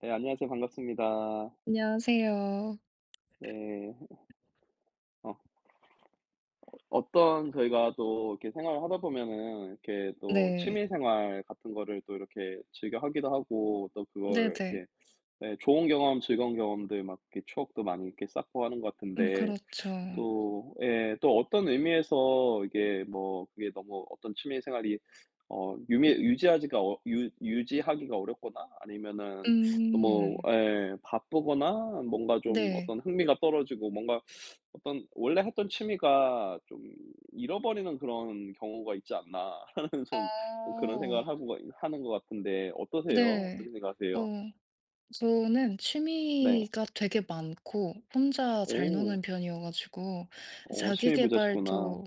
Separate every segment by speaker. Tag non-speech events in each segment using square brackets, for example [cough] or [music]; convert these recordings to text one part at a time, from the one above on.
Speaker 1: 네, 안녕하세요. 반갑습니다.
Speaker 2: 안녕하세요.
Speaker 1: 네. 어 어떤 저희가 또 이렇게 생활을 하다 보면은 이렇게 또
Speaker 2: 네.
Speaker 1: 취미 생활 같은 거를 또 이렇게 즐겨 하기도 하고 또 그걸
Speaker 2: 네네.
Speaker 1: 이렇게 네 좋은 경험, 즐거운 경험들 막 이렇게 추억도 많이 이렇게 쌓고 하는 것 같은데
Speaker 2: 그렇죠.
Speaker 1: 또 예 또 어떤 의미에서 이게 뭐 그게 너무 어떤 취미 생활이 어 유미 유지하지가 어 유 유지하기가 어렵거나 아니면은 너무
Speaker 2: 음.
Speaker 1: 예 바쁘거나 뭔가 좀
Speaker 2: 네.
Speaker 1: 어떤 흥미가 떨어지고 뭔가 어떤 '원래 했던 취미가 좀 잃어버리는 그런 경우가 있지 않나.' [laughs] 하는 좀 그런
Speaker 2: 어.
Speaker 1: 생각을 하고 하는 것 같은데 어떠세요?
Speaker 2: 네.
Speaker 1: 어떻게 생각하세요?
Speaker 2: 어 저는
Speaker 1: 네.
Speaker 2: 취미가 되게 많고 혼자 잘
Speaker 1: 오.
Speaker 2: 노는 편이어 가지고
Speaker 1: 어
Speaker 2: 자기
Speaker 1: 취미
Speaker 2: 개발
Speaker 1: 부자시구나.
Speaker 2: 도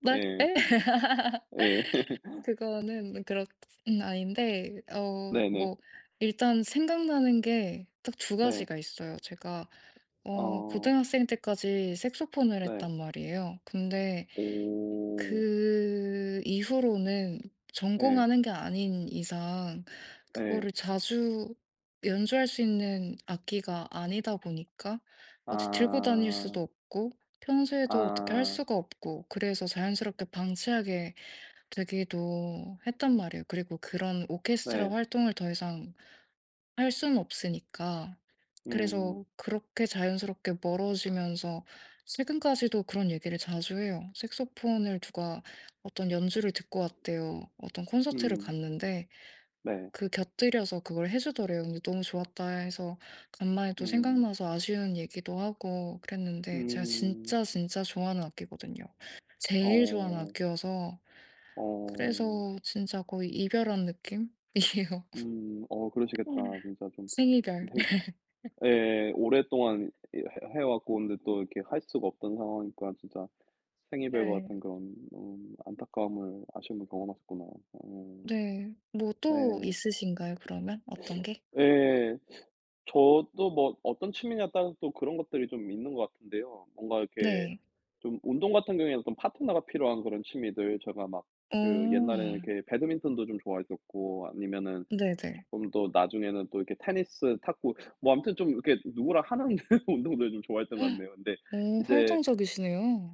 Speaker 2: 네?
Speaker 1: 네.
Speaker 2: 예? [laughs]
Speaker 1: 예. [laughs]
Speaker 2: 그거는 그렇 아닌데
Speaker 1: 네네.
Speaker 2: 뭐 일단 생각나는 게 딱 두
Speaker 1: 네.
Speaker 2: 가지가 있어요. 제가
Speaker 1: 어
Speaker 2: 고등학생 때까지 색소폰을
Speaker 1: 네.
Speaker 2: 했단 말이에요. 근데
Speaker 1: 오.
Speaker 2: 그 이후로는
Speaker 1: 예.
Speaker 2: 전공하는 게 아닌 이상
Speaker 1: 예.
Speaker 2: 그거를 자주 연주할 수 있는 악기가 아니다 보니까 어디 들고 다닐
Speaker 1: 아.
Speaker 2: 수도 없고 평소에도 어떻게 할
Speaker 1: 아.
Speaker 2: 수가 없고 그래서 자연스럽게 방치하게 되기도 했단 말이에요. 그리고 그런 오케스트라
Speaker 1: 네.
Speaker 2: 활동을 더 이상 할 수는 없으니까.
Speaker 1: 음.
Speaker 2: 그래서 그렇게 자연스럽게 멀어지면서 최근까지도 그런 얘기를 자주 해요. 색소폰을 누가 어떤 연주를 듣고 왔대요. 어떤 콘서트를
Speaker 1: 음.
Speaker 2: 갔는데
Speaker 1: 네.
Speaker 2: 그 곁들여서 그걸 해주더래요. 근데 너무 좋았다 해서 간만에 또
Speaker 1: 음.
Speaker 2: 생각나서 아쉬운 얘기도 하고 그랬는데 제가
Speaker 1: 음.
Speaker 2: 진짜 진짜 좋아하는 악기거든요. 제일 좋아하는
Speaker 1: 어.
Speaker 2: 악기여서
Speaker 1: 어.
Speaker 2: 그래서 진짜 거의 이별한 느낌이에요.
Speaker 1: 음. 어 그러시겠다.
Speaker 2: [laughs]
Speaker 1: 진짜 좀
Speaker 2: 생이별.
Speaker 1: 되게 예. 오랫동안 해 왔고 근데 또 이렇게 할 수가 없던 상황이니까 진짜 생이별거
Speaker 2: 네.
Speaker 1: 같은 그런 안타까움을 아쉬움을 경험하셨구나. 음
Speaker 2: 네. 뭐
Speaker 1: 네.
Speaker 2: 또 있으신가요, 그러면 어떤 게?
Speaker 1: 예. 저도 뭐 어떤 취미냐에 따라서 또 그런 것들이 좀 있는 것 같은데요. 뭔가 이렇게
Speaker 2: 네.
Speaker 1: 좀 운동 같은 경우에는 좀 파트너가 필요한 그런 취미들 제가 막 그
Speaker 2: 어.
Speaker 1: 옛날에는 이렇게 배드민턴도 좀 좋아했었고 아니면은
Speaker 2: 네네.
Speaker 1: 조금 더 나중에는 또 이렇게 테니스, 탁구 뭐 아무튼 좀 이렇게 누구랑 하는 [laughs] 운동들을 좀 좋아했던 것
Speaker 2: [gasps]
Speaker 1: 같네요. 근데
Speaker 2: 어
Speaker 1: 이제
Speaker 2: 활동적이시네요.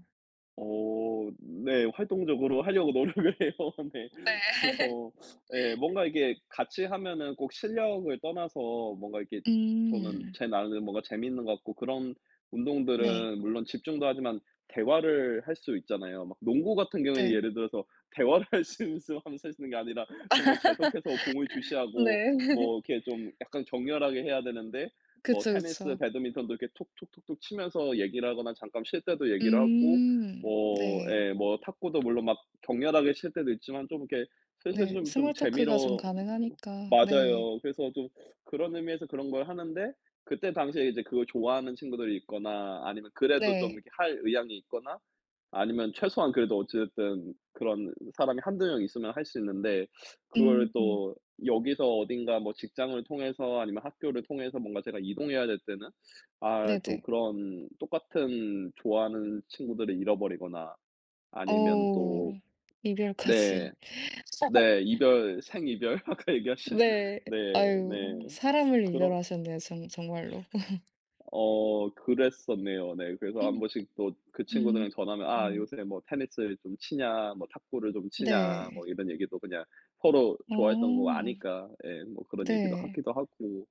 Speaker 1: 어 네 활동적으로 하려고 노력을 해요. [laughs] 네.
Speaker 2: 네. [laughs]
Speaker 1: 그래서 예 뭔가 이게 같이 하면은 꼭 실력을 떠나서 뭔가 이렇게 저는
Speaker 2: 음.
Speaker 1: 제 나름대로 뭔가 재미있는 것 같고 그런
Speaker 2: 네.
Speaker 1: 운동들은 물론 집중도 하지만 대화를 할 수 있잖아요. 막 농구 같은 경우에는
Speaker 2: 네.
Speaker 1: 예를 들어서 대화를 할 수 있으면 하면서 할 수 있는 게 아니라 정말 계속해서 공을 주시하고
Speaker 2: 네.
Speaker 1: 뭐
Speaker 2: [laughs]
Speaker 1: 이렇게 좀 약간 격렬하게 해야 되는데 뭐
Speaker 2: 그쵸,
Speaker 1: 테니스,
Speaker 2: 그쵸.
Speaker 1: 배드민턴도 이렇게 툭툭툭툭 치면서 얘기를 하거나 잠깐 쉴 때도 얘기를 하고
Speaker 2: 음.
Speaker 1: 뭐
Speaker 2: 네.
Speaker 1: 예 뭐 탁구도 물론 막 격렬하게 칠 때도 있지만 좀 이렇게 사실
Speaker 2: 네.
Speaker 1: 좀
Speaker 2: 스몰 토크가 좀
Speaker 1: 재미로
Speaker 2: 가능하니까. 네.
Speaker 1: 맞아요. 그래서 좀 그런 의미에서 그런 걸 하는데 그때 당시에 이제 그걸 좋아하는 친구들이 있거나 아니면 그래도 좀
Speaker 2: 네.
Speaker 1: 이렇게 할 의향이 있거나 아니면 최소한 그래도 어찌 됐든 그런 사람이 한두 명 있으면 할 수 있는데 그걸
Speaker 2: 음.
Speaker 1: 또 여기서 어딘가 뭐 직장을 통해서 아니면 학교를 통해서 뭔가 제가 이동해야 될 때는 아 또
Speaker 2: 네네.
Speaker 1: 그런 똑같은 좋아하는 친구들을 잃어버리거나 아니면 또
Speaker 2: 어우,
Speaker 1: 네.
Speaker 2: 이별까지.
Speaker 1: 네.
Speaker 2: [laughs]
Speaker 1: 이별 생이별 [laughs] 아까 얘기하신
Speaker 2: 네.
Speaker 1: 네
Speaker 2: 아유,
Speaker 1: 네.
Speaker 2: 사람을
Speaker 1: 그런
Speaker 2: 이별하셨네요, 정 정말로.
Speaker 1: 어 그랬었네요. 네. 그래서 한 번씩 또 그
Speaker 2: 음.
Speaker 1: 친구들이랑 전화하면 "아
Speaker 2: 음.
Speaker 1: 요새 뭐 테니스를 좀 치냐. 뭐 탁구를 좀 치냐."
Speaker 2: 네.
Speaker 1: 뭐 이런 얘기도 그냥 서로 좋아했던 거
Speaker 2: 어.
Speaker 1: 아니까 예 뭐 그런 얘기도
Speaker 2: 네.
Speaker 1: 하기도 하고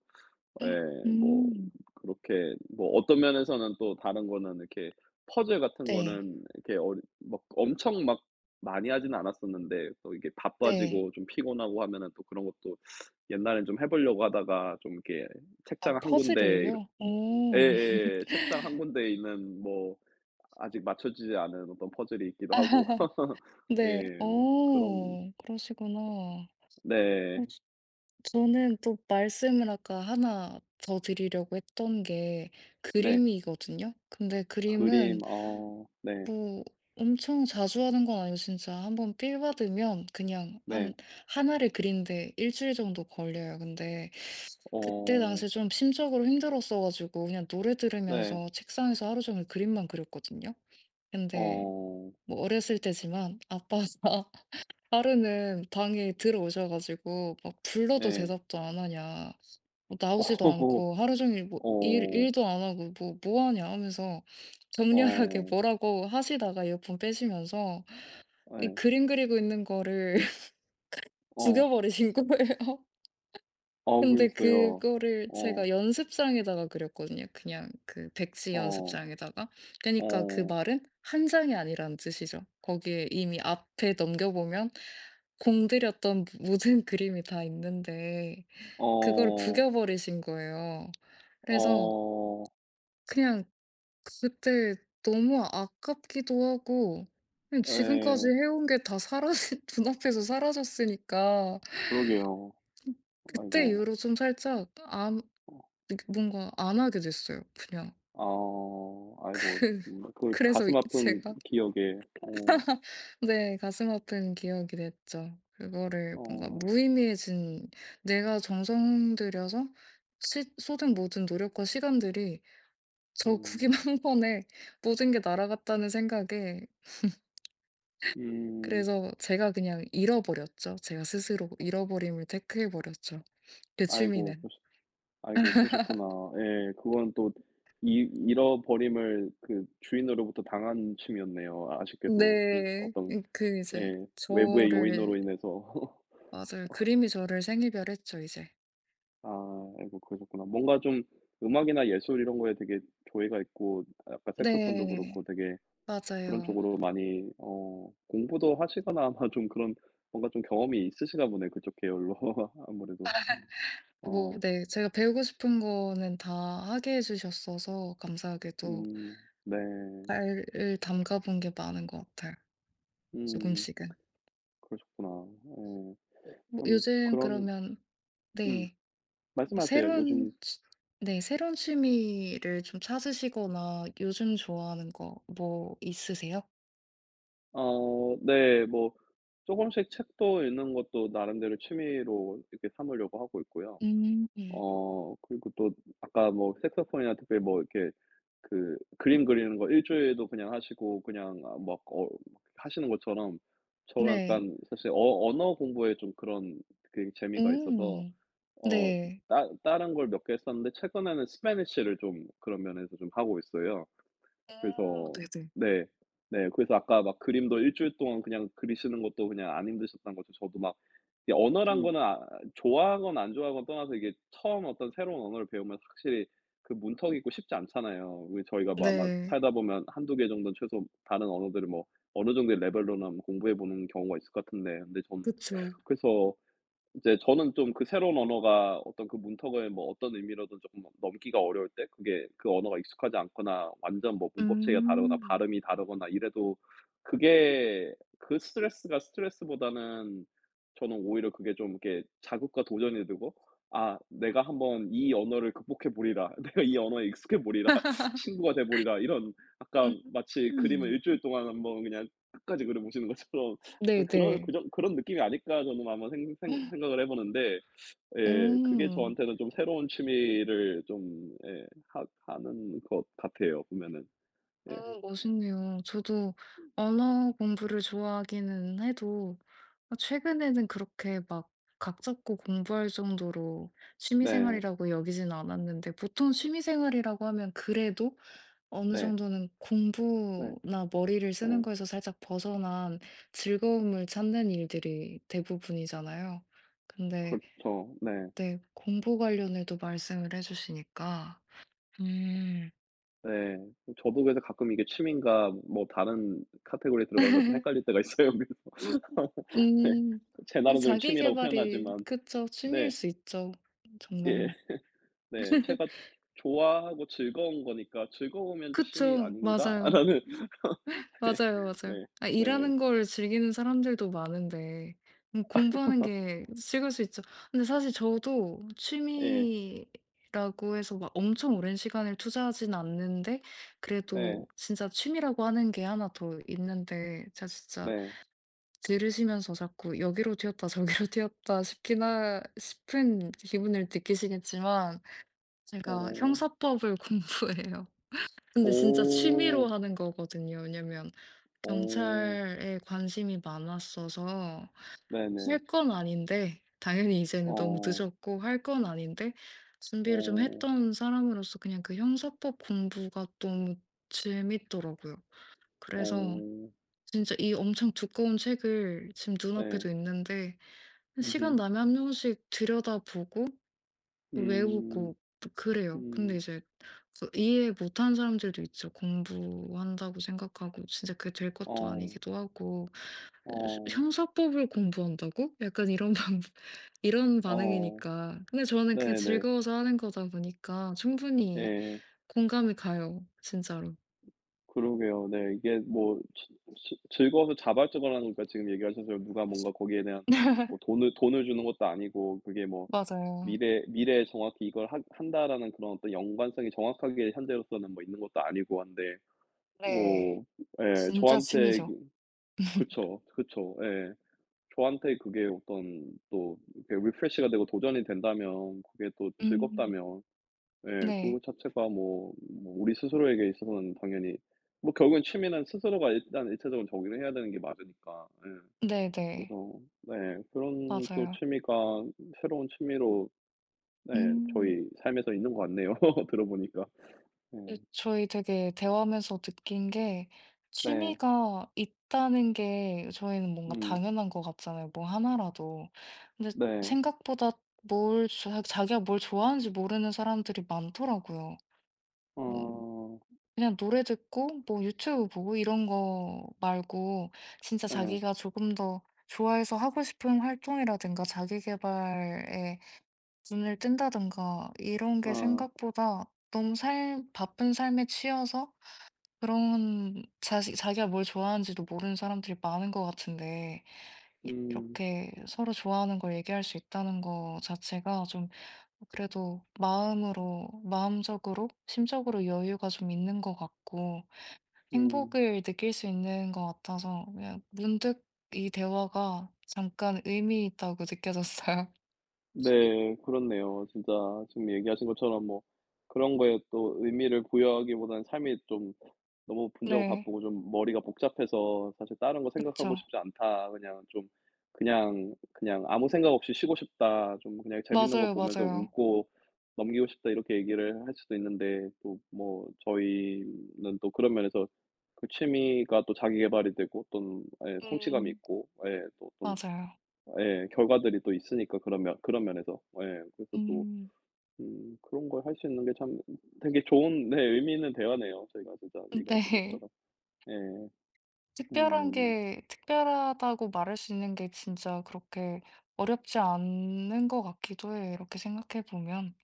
Speaker 1: 예. 뭐
Speaker 2: 음.
Speaker 1: 그렇게 뭐 어떤 면에서는 또 다른 거는 이렇게 퍼즐 같은
Speaker 2: 네.
Speaker 1: 거는 이렇게 어리 막 엄청 막 많이 하진 않았었는데 또 이게
Speaker 2: 네.
Speaker 1: 바빠지고 좀 피곤하고 하면은 또 그런 것도 옛날엔 좀 해 보려고 하다가 좀 이렇게 책장
Speaker 2: 아,
Speaker 1: 한 군데 이렇
Speaker 2: 퍼즐을요? 어.
Speaker 1: 예예. 책장 한 군데에 있는 뭐 아직 맞춰지지 않은 어떤 퍼즐이 있기도 하고.
Speaker 2: [laughs]
Speaker 1: [laughs]
Speaker 2: 네.
Speaker 1: 예. 뭐 그런
Speaker 2: 어. 그러시구나.
Speaker 1: 네.
Speaker 2: 어 저 저는 또 말씀을 아까 하나 더 드리려고 했던 게
Speaker 1: 네.
Speaker 2: 그림이거든요. 근데 그림은
Speaker 1: 그림 어 네.
Speaker 2: 뭐 엄청 자주 하는 건 아니고 진짜 한 번 필 받으면 그냥 한
Speaker 1: 네.
Speaker 2: 하나를 그리는데 일 주일 정도 걸려요. 근데 그때
Speaker 1: 어
Speaker 2: 당시에 좀 심적으로 힘들었어 가지고 그냥 노래
Speaker 1: 네.
Speaker 2: 들으면서 책상에서 하루 종일 그림만 그렸거든요. 근데
Speaker 1: 어.
Speaker 2: 뭐 어렸을 때지만 아빠가 [laughs] 하루는 방에 들어오셔 가지고 막 불러도
Speaker 1: 예.
Speaker 2: 대답도 안 하냐, 뭐 나오지도
Speaker 1: [laughs] 어.
Speaker 2: 않고 하루 종일 뭐 일
Speaker 1: 어.
Speaker 2: 일도 안 하고 뭐 "뭐 하냐." 하면서 격렬하게
Speaker 1: 어.
Speaker 2: 뭐라고 하시다가 이어폰 빼시면서 이
Speaker 1: 예.
Speaker 2: 그림 그리고 있는 거를 [laughs] 죽여
Speaker 1: 어.
Speaker 2: 버리신 거예요.
Speaker 1: 아
Speaker 2: 근데
Speaker 1: 그러셨어요.
Speaker 2: 그거를
Speaker 1: 어.
Speaker 2: 제가 연습장에다가 그렸거든요. 그냥 그 백지
Speaker 1: 어.
Speaker 2: 연습장에다가. 그니까 러그
Speaker 1: 어.
Speaker 2: 말은 한 장이 아니라는 뜻이죠. 거기에 이미 앞에 넘겨보면 공들였던 모든 [laughs] 그림이 다 있는데 그걸
Speaker 1: 어.
Speaker 2: 구겨 버리신 거예요. 그래서
Speaker 1: 어.
Speaker 2: 그냥 그때 너무 아깝기도 하고 그냥 지금까지
Speaker 1: 예.
Speaker 2: 해온 게 다 사라진, [laughs] 눈앞에서 사라졌으니까
Speaker 1: 그러게요.
Speaker 2: 그때
Speaker 1: 아이고.
Speaker 2: 이후로 좀 살짝
Speaker 1: 어.
Speaker 2: 뭔가 안 하게 됐어요 그냥.
Speaker 1: 아
Speaker 2: [laughs]
Speaker 1: 아이고
Speaker 2: 그
Speaker 1: 정말 그
Speaker 2: 그래서 이
Speaker 1: 가슴 아픈
Speaker 2: 제가,
Speaker 1: 기억에. 어.
Speaker 2: 네, 가슴 아픈 기억이 됐죠. 그거를 뭔가
Speaker 1: 어.
Speaker 2: 무의미해진, 내가 정성 들여서 시 쏟은 모든 노력과 시간들이 저 구김
Speaker 1: 음.
Speaker 2: 한 [laughs] 번에 모든 게 날아갔다는 생각에.
Speaker 1: 음.
Speaker 2: 그래서 제가 그냥 잃어버렸죠. 제가 스스로 잃어버림을 택해 버렸죠, 대
Speaker 1: 아이고
Speaker 2: 취미는.
Speaker 1: 그러시 아이고 그러셨구나. 예. 그건 또 이 잃어버림을 그 주인으로부터 당한 셈이었네요. 아쉽게도 그
Speaker 2: 네.
Speaker 1: 어떤
Speaker 2: 그 이제
Speaker 1: 예 외부의 요인으로
Speaker 2: 저를,
Speaker 1: 인해서. [laughs]
Speaker 2: 맞아요, 그림이 저를 생이별했죠 이제.
Speaker 1: 아 아이고 그러셨구나. 뭔가 좀 음악이나 예술 이런 거에 되게 조예가 있고 아까 색소폰도
Speaker 2: 네.
Speaker 1: 그렇고 되게 그런
Speaker 2: 맞아요.
Speaker 1: 쪽으로 많이 어 공부도 하시거나 아마 [laughs] 좀 그런 뭔가 좀 경험이 있으시가 보네 그쪽 계열로 [laughs] 아무래도.
Speaker 2: 뭐
Speaker 1: 어.
Speaker 2: 네. 제가 배우고 싶은 거는 다 하게 해 주셨어서 감사하게도
Speaker 1: 음. 네.
Speaker 2: 발을 담가 본 게 많은 것 같아요,
Speaker 1: 음.
Speaker 2: 조금씩은.
Speaker 1: 그러셨구나. 예.
Speaker 2: 뭐
Speaker 1: 참
Speaker 2: 요즘
Speaker 1: 그런
Speaker 2: 그러면,
Speaker 1: 음
Speaker 2: 네,
Speaker 1: 말씀하세요.
Speaker 2: 새로운
Speaker 1: 요즘
Speaker 2: 취 네, 새로운 취미를 좀 찾으시거나 요즘 좋아하는 거 뭐 있으세요?
Speaker 1: 어 네 뭐 조금씩 책도 읽는 것도 나름대로 취미로 이렇게 삼으려고 하고 있고요.
Speaker 2: 음.
Speaker 1: 어 그리고 또 아까 뭐 색소폰이나 특별히 뭐 이렇게 그 그림 그리는 거 일 주일도 그냥 하시고 그냥 아 막 막 하시는 것처럼 저
Speaker 2: 네.
Speaker 1: 약간 사실 어 언어 공부에 좀 그런 그 재미가 있어서
Speaker 2: 음.
Speaker 1: 어
Speaker 2: 네.
Speaker 1: 따 다른 걸 몇 개 했었는데 최근에는 스패니시를 좀 그런 면에서 좀 하고 있어요.
Speaker 2: 어
Speaker 1: 그래서
Speaker 2: 네네.
Speaker 1: 네. 네. 그래서 아까 막 그림도 일 주일 동안 그냥 그리시는 것도 그냥 안 힘드셨다는 거죠. 저도 막 이 언어란 거는 아 좋아하건 안 좋아하건 떠나서 이게 처음 어떤 새로운 언어를 배우면 확실히 그 문턱이 있고 쉽지 않잖아요. 왜 저희가 뭐 아마
Speaker 2: 네.
Speaker 1: 살다 보면 한 두 개 정도는 최소 다른 언어들을 뭐 어느 정도의 레벨로는 공부해 보는 경우가 있을 것 같은데 근데 저는
Speaker 2: 그쵸.
Speaker 1: 그래서 이제 저는 좀 그 새로운 언어가 어떤 그 문턱을 뭐 어떤 의미로든 쪼 넘기가 어려울 때 그게 그 언어가 익숙하지 않거나 완전 뭐 문법 체계가 다르거나
Speaker 2: 음.
Speaker 1: 발음이 다르거나 이래도 그게 그 스트레스가 스트레스보다는 저는 오히려 그게 좀 이렇게 자극과 도전이 되고 '아 내가 한번 이 언어를 극복해 보리라. [laughs] 내가 이 언어에 익숙해 보리라. [laughs] 친구가 돼 보리라.' 이런 아까 마치 그림을
Speaker 2: 음.
Speaker 1: 일주일 동안 한번 그냥 끝까지 그려 보시는 것처럼 약간 그런
Speaker 2: 네네.
Speaker 1: 그 정 그런 느낌이 아닐까 저는 한번 생 생 생각을 해 보는데
Speaker 2: 오.
Speaker 1: 예 그게 저한테는 좀 새로운 취미를 좀 예 하 하는 것 같아요 보면은. 예.
Speaker 2: 어 멋있네요. 저도 언어 공부를 좋아하기는 해도 최근에는 그렇게 막 각 잡고 공부할 정도로 취미
Speaker 1: 네.
Speaker 2: 생활이라고 여기진 않았는데, 보통 취미 생활이라고 하면 그래도 어느
Speaker 1: 네.
Speaker 2: 정도는
Speaker 1: 네.
Speaker 2: 공부나 머리를 쓰는
Speaker 1: 네.
Speaker 2: 거에서 살짝 벗어난 즐거움을 찾는 일들이 대부분이잖아요. 근데
Speaker 1: 그렇죠. 네.
Speaker 2: 네 공부 관련해도 말씀을 해 주시니까. 음.
Speaker 1: 네. 저도 그래서 가끔 이게 취미인가 뭐 다른 카테고리에 들어가는 거 좀 헷갈릴
Speaker 2: [laughs]
Speaker 1: 때가 있어요. 그래서 [laughs] 네.
Speaker 2: 음.
Speaker 1: 제
Speaker 2: 음,
Speaker 1: 나름대로
Speaker 2: 자기
Speaker 1: 취미라고
Speaker 2: 계발이
Speaker 1: 표현하지만
Speaker 2: 그쵸, 취미일
Speaker 1: 네.
Speaker 2: 수 있죠.
Speaker 1: 예.
Speaker 2: 정말로.
Speaker 1: 네. 제가 좋아하고 즐거운 거니까 '즐거우면 취미
Speaker 2: 그쵸. 맞아요.
Speaker 1: 아닌가?'라는 [laughs] [laughs]
Speaker 2: 맞아요, 맞아요.
Speaker 1: 네.
Speaker 2: 아,
Speaker 1: 네.
Speaker 2: 일하는 걸 즐기는 사람들도 많은데 공부하는 게 즐길 수 있죠. 근데 사실 저도
Speaker 1: 예.
Speaker 2: 취미라고 해서 막 엄청 오랜 시간을 투자하진 않는데
Speaker 1: 네.
Speaker 2: 그래도 진짜 취미라고 하는 게 하나 더 있는데, 제가 진짜
Speaker 1: 네.
Speaker 2: 들으시면서 자꾸 여기로 튀었다 [laughs] 저기로 튀었다 싶긴 하 싶은 기분을 느끼시겠지만, 제가
Speaker 1: 오
Speaker 2: 형사법을 [laughs] 공부해요. 근데 진짜 취미로
Speaker 1: 오.
Speaker 2: 하는 거거든요. 왜냐면
Speaker 1: 오
Speaker 2: 경찰에 관심이 많았어서.
Speaker 1: 네네.
Speaker 2: 할 건 아닌데, 당연히 이제는 너무
Speaker 1: 어.
Speaker 2: 늦었고 할 건 아닌데, 준비를 좀
Speaker 1: 어.
Speaker 2: 했던 사람으로서 그냥 그 형사법 공부가 너무 재밌더라고요. 그래서
Speaker 1: 어.
Speaker 2: 진짜 이 엄청 두꺼운 책을 지금
Speaker 1: 네.
Speaker 2: 눈앞에도 있는데 시간
Speaker 1: 음음.
Speaker 2: 나면 한 명씩 들여다보고
Speaker 1: 음.
Speaker 2: 외우고 그래요. 근데
Speaker 1: 음.
Speaker 2: 이제 그 이해 못하는 사람들도 있죠. 공부한다고 생각하고 진짜 그게 될 것도
Speaker 1: 어.
Speaker 2: 아니기도 하고,
Speaker 1: 어.
Speaker 2: "형사법을 공부한다고?" 약간 이런 반 [laughs] 이런
Speaker 1: 어.
Speaker 2: 반응이니까. 근데 저는 그게
Speaker 1: 네네.
Speaker 2: 즐거워서 하는 거다 보니까 충분히
Speaker 1: 예.
Speaker 2: 공감이 가요. 진짜로.
Speaker 1: 그러게요. 네. 이게 뭐 지 지 즐거워서 자발적으로 하는 거니까 지금 얘기하신 대로 누가 뭔가 거기에 대한
Speaker 2: [laughs]
Speaker 1: 뭐 돈을 주는 것도 아니고 그게 뭐
Speaker 2: 맞아요.
Speaker 1: 미래에 정확히 이걸 한 한다라는 그런 어떤 연관성이 정확하게 현재로서는 뭐 있는 것도 아니고 한데
Speaker 2: 네.
Speaker 1: 뭐 예
Speaker 2: 진짜
Speaker 1: 저한테
Speaker 2: 취미죠.
Speaker 1: 그 그쵸, 그쵸. 예. 저한테 그게 어떤 또 이렇게 리프레시가 되고 도전이 된다면 그게 또
Speaker 2: 음.
Speaker 1: 즐겁다면 예 그거
Speaker 2: 네.
Speaker 1: 자체가 뭐 뭐 우리 스스로에게 있어서는 당연히 뭐 결국엔 취미는 스스로가 일단 일차적으로 정의를 해야 되는 게 맞으니까. 예.
Speaker 2: 네네.
Speaker 1: 그래서 네 그런 또
Speaker 2: 맞아요.
Speaker 1: 취미가 새로운 취미로 네.
Speaker 2: 음.
Speaker 1: 저희 삶에서 있는 것 같네요 [laughs] 들어보니까. 네.
Speaker 2: 네, 저희 되게 대화하면서 느낀 게,
Speaker 1: 네.
Speaker 2: 취미가 있다는 게 저희는 뭔가
Speaker 1: 음.
Speaker 2: 당연한 것 같잖아요, 뭐 하나라도. 근데
Speaker 1: 네.
Speaker 2: 생각보다 뭘 자 자기가 뭘 좋아하는지 모르는 사람들이 많더라고요. 뭐
Speaker 1: 어.
Speaker 2: 그냥 노래 듣고 뭐 유튜브 보고 이런 거 말고 진짜
Speaker 1: 네,
Speaker 2: 자기가 조금 더 좋아해서 하고 싶은 활동이라든가 자기 개발에 눈을 뜬다든가 이런 게
Speaker 1: 어.
Speaker 2: 생각보다 너무 살 바쁜 삶에 치여서 그런, 자식 자기가 뭘 좋아하는지도 모르는 사람들이 많은 것 같은데,
Speaker 1: 음.
Speaker 2: 이렇게 서로 좋아하는 걸 얘기할 수 있다는 거 자체가 좀 그래도 마음으로, 마음적으로, 심적으로 여유가 좀 있는 것 같고
Speaker 1: 음.
Speaker 2: 행복을 느낄 수 있는 것 같아서 그냥 문득 이 대화가 잠깐 의미 있다고 느껴졌어요. [laughs]
Speaker 1: 네. 그렇네요. 진짜 지금 얘기하신 것처럼 뭐 그런 거에 또 의미를 부여하기보다는 삶이 좀 너무 분주하고
Speaker 2: 네,
Speaker 1: 바쁘고 좀 머리가 복잡해서 사실 다른 거
Speaker 2: 그쵸.
Speaker 1: 생각하고 싶지 않다. 그냥 좀 그냥 '아무 생각 없이 쉬고 싶다. 좀 그냥 재밌는 거
Speaker 2: 맞아요,
Speaker 1: 보면서
Speaker 2: 맞아요.
Speaker 1: 웃고 넘기고 싶다.' 이렇게 얘기를 할 수도 있는데 또 뭐 저희는 또 그런 면에서 그 취미가 또 자기 개발이 되고 어떤 예 성취감이
Speaker 2: 음.
Speaker 1: 있고 예또좀
Speaker 2: 맞아요.
Speaker 1: 예. 결과들이 또 있으니까 그런 면에서. 예. 그래서 또
Speaker 2: 음.
Speaker 1: 그런 걸 할 수 있는 게 참 되게 좋은 네 의미 있는 대화네요. 저희가 진짜
Speaker 2: 근데
Speaker 1: 얘기하시는
Speaker 2: [laughs]
Speaker 1: 것처럼. 예.
Speaker 2: 특별한
Speaker 1: 음.
Speaker 2: 게, 특별하다고 말할 수 있는 게 진짜 그렇게 어렵지 않은 것 같기도 해요, 이렇게 생각해 보면.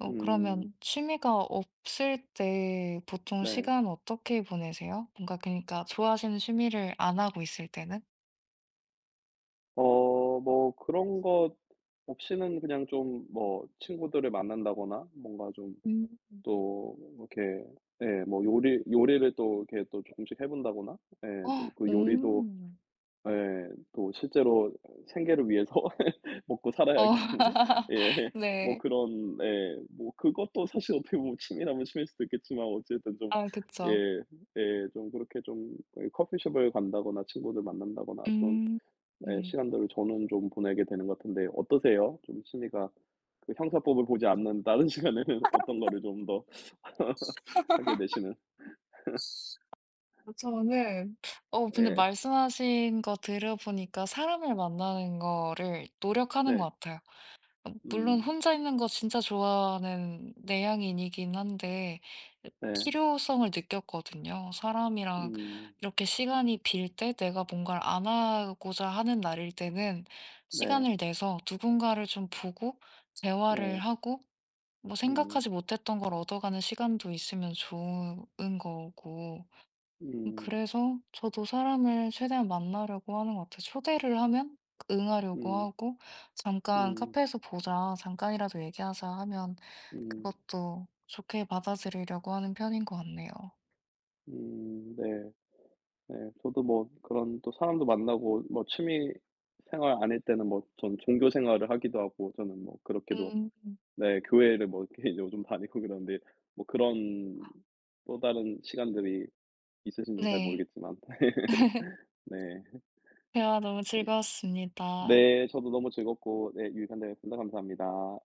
Speaker 2: 어
Speaker 1: 음.
Speaker 2: 그러면 취미가 없을 때 보통
Speaker 1: 네.
Speaker 2: 시간 어떻게 보내세요? 뭔가 그니까 러 좋아하시는 취미를 안 하고 있을 때는?
Speaker 1: 어 뭐 그런 것 없이는 그냥 좀 뭐 친구들을 만난다거나 뭔가 좀
Speaker 2: 음.
Speaker 1: 또 이렇게 예 뭐 요리를 또 이렇게 또 조금씩 해 본다거나 예 또 그
Speaker 2: 오.
Speaker 1: 요리도 예. 또 실제로 생계를 위해서 [laughs] 먹고 살아야
Speaker 2: 어.
Speaker 1: 하기 때문에 예
Speaker 2: [laughs]
Speaker 1: 뭐
Speaker 2: 네.
Speaker 1: 그런 예 뭐 그것도 사실 어떻게 보면 취미라면 취미일 수도 있겠지만 어쨌든 좀
Speaker 2: 아 그쵸.
Speaker 1: 예 예 좀 그렇게 좀 거의 커피숍을 간다거나 친구들 만난다거나 그런
Speaker 2: 음.
Speaker 1: 예
Speaker 2: 음.
Speaker 1: 시간들을 저는 좀 보내게 되는 것 같은데 어떠세요? 좀 취미가 그 형사법을 보지 않는 다른 [laughs] 시간에는 어떤 거를 좀 더 [laughs] 하게 되시는
Speaker 2: 저는, 근데
Speaker 1: 예.
Speaker 2: 말씀하신 거 들어보니까 사람을 만나는 거를 노력하는
Speaker 1: 네.
Speaker 2: 것 같아요. 물론
Speaker 1: 음.
Speaker 2: 혼자 있는 거 진짜 좋아하는 내향인이긴 한데
Speaker 1: 네.
Speaker 2: 필요성을 느꼈거든요. 사람이랑
Speaker 1: 음.
Speaker 2: 이렇게 시간이 빌 때, 내가 뭔가를 안 하고자 하는 날일 때는
Speaker 1: 네.
Speaker 2: 시간을 내서 누군가를 좀 보고 대화를
Speaker 1: 예.
Speaker 2: 하고 뭐
Speaker 1: 음.
Speaker 2: 생각하지 못했던 걸 얻어가는 시간도 있으면 좋은 거고.
Speaker 1: 음.
Speaker 2: 그래서 저도 사람을 최대한 만나려고 하는 것 같아요. 초대를 하면 응하려고
Speaker 1: 음.
Speaker 2: 하고, 잠깐
Speaker 1: 음.
Speaker 2: 카페에서 보자, 잠깐이라도 얘기하자 하면
Speaker 1: 음.
Speaker 2: 그것도 좋게 받아들이려고 하는 편인 것 같네요.
Speaker 1: 음. 네. 네. 저도 뭐 그런 또 사람도 만나고 뭐 취미 생활 아닐 때는 뭐 전 종교 생활을 하기도 하고 저는 뭐 그렇게도
Speaker 2: 음,
Speaker 1: 네 교회를 뭐 이렇게 [laughs] 요즘 다니고 그러는데 뭐 그런 또 다른 시간들이 있으신지 잘
Speaker 2: 네.
Speaker 1: 모르겠지만 [laughs] 네.
Speaker 2: 대화 너무
Speaker 1: 어,
Speaker 2: 즐거웠습니다.
Speaker 1: 네 저도 너무 즐겁고 네 유익한 대화였습니다. 감사합니다.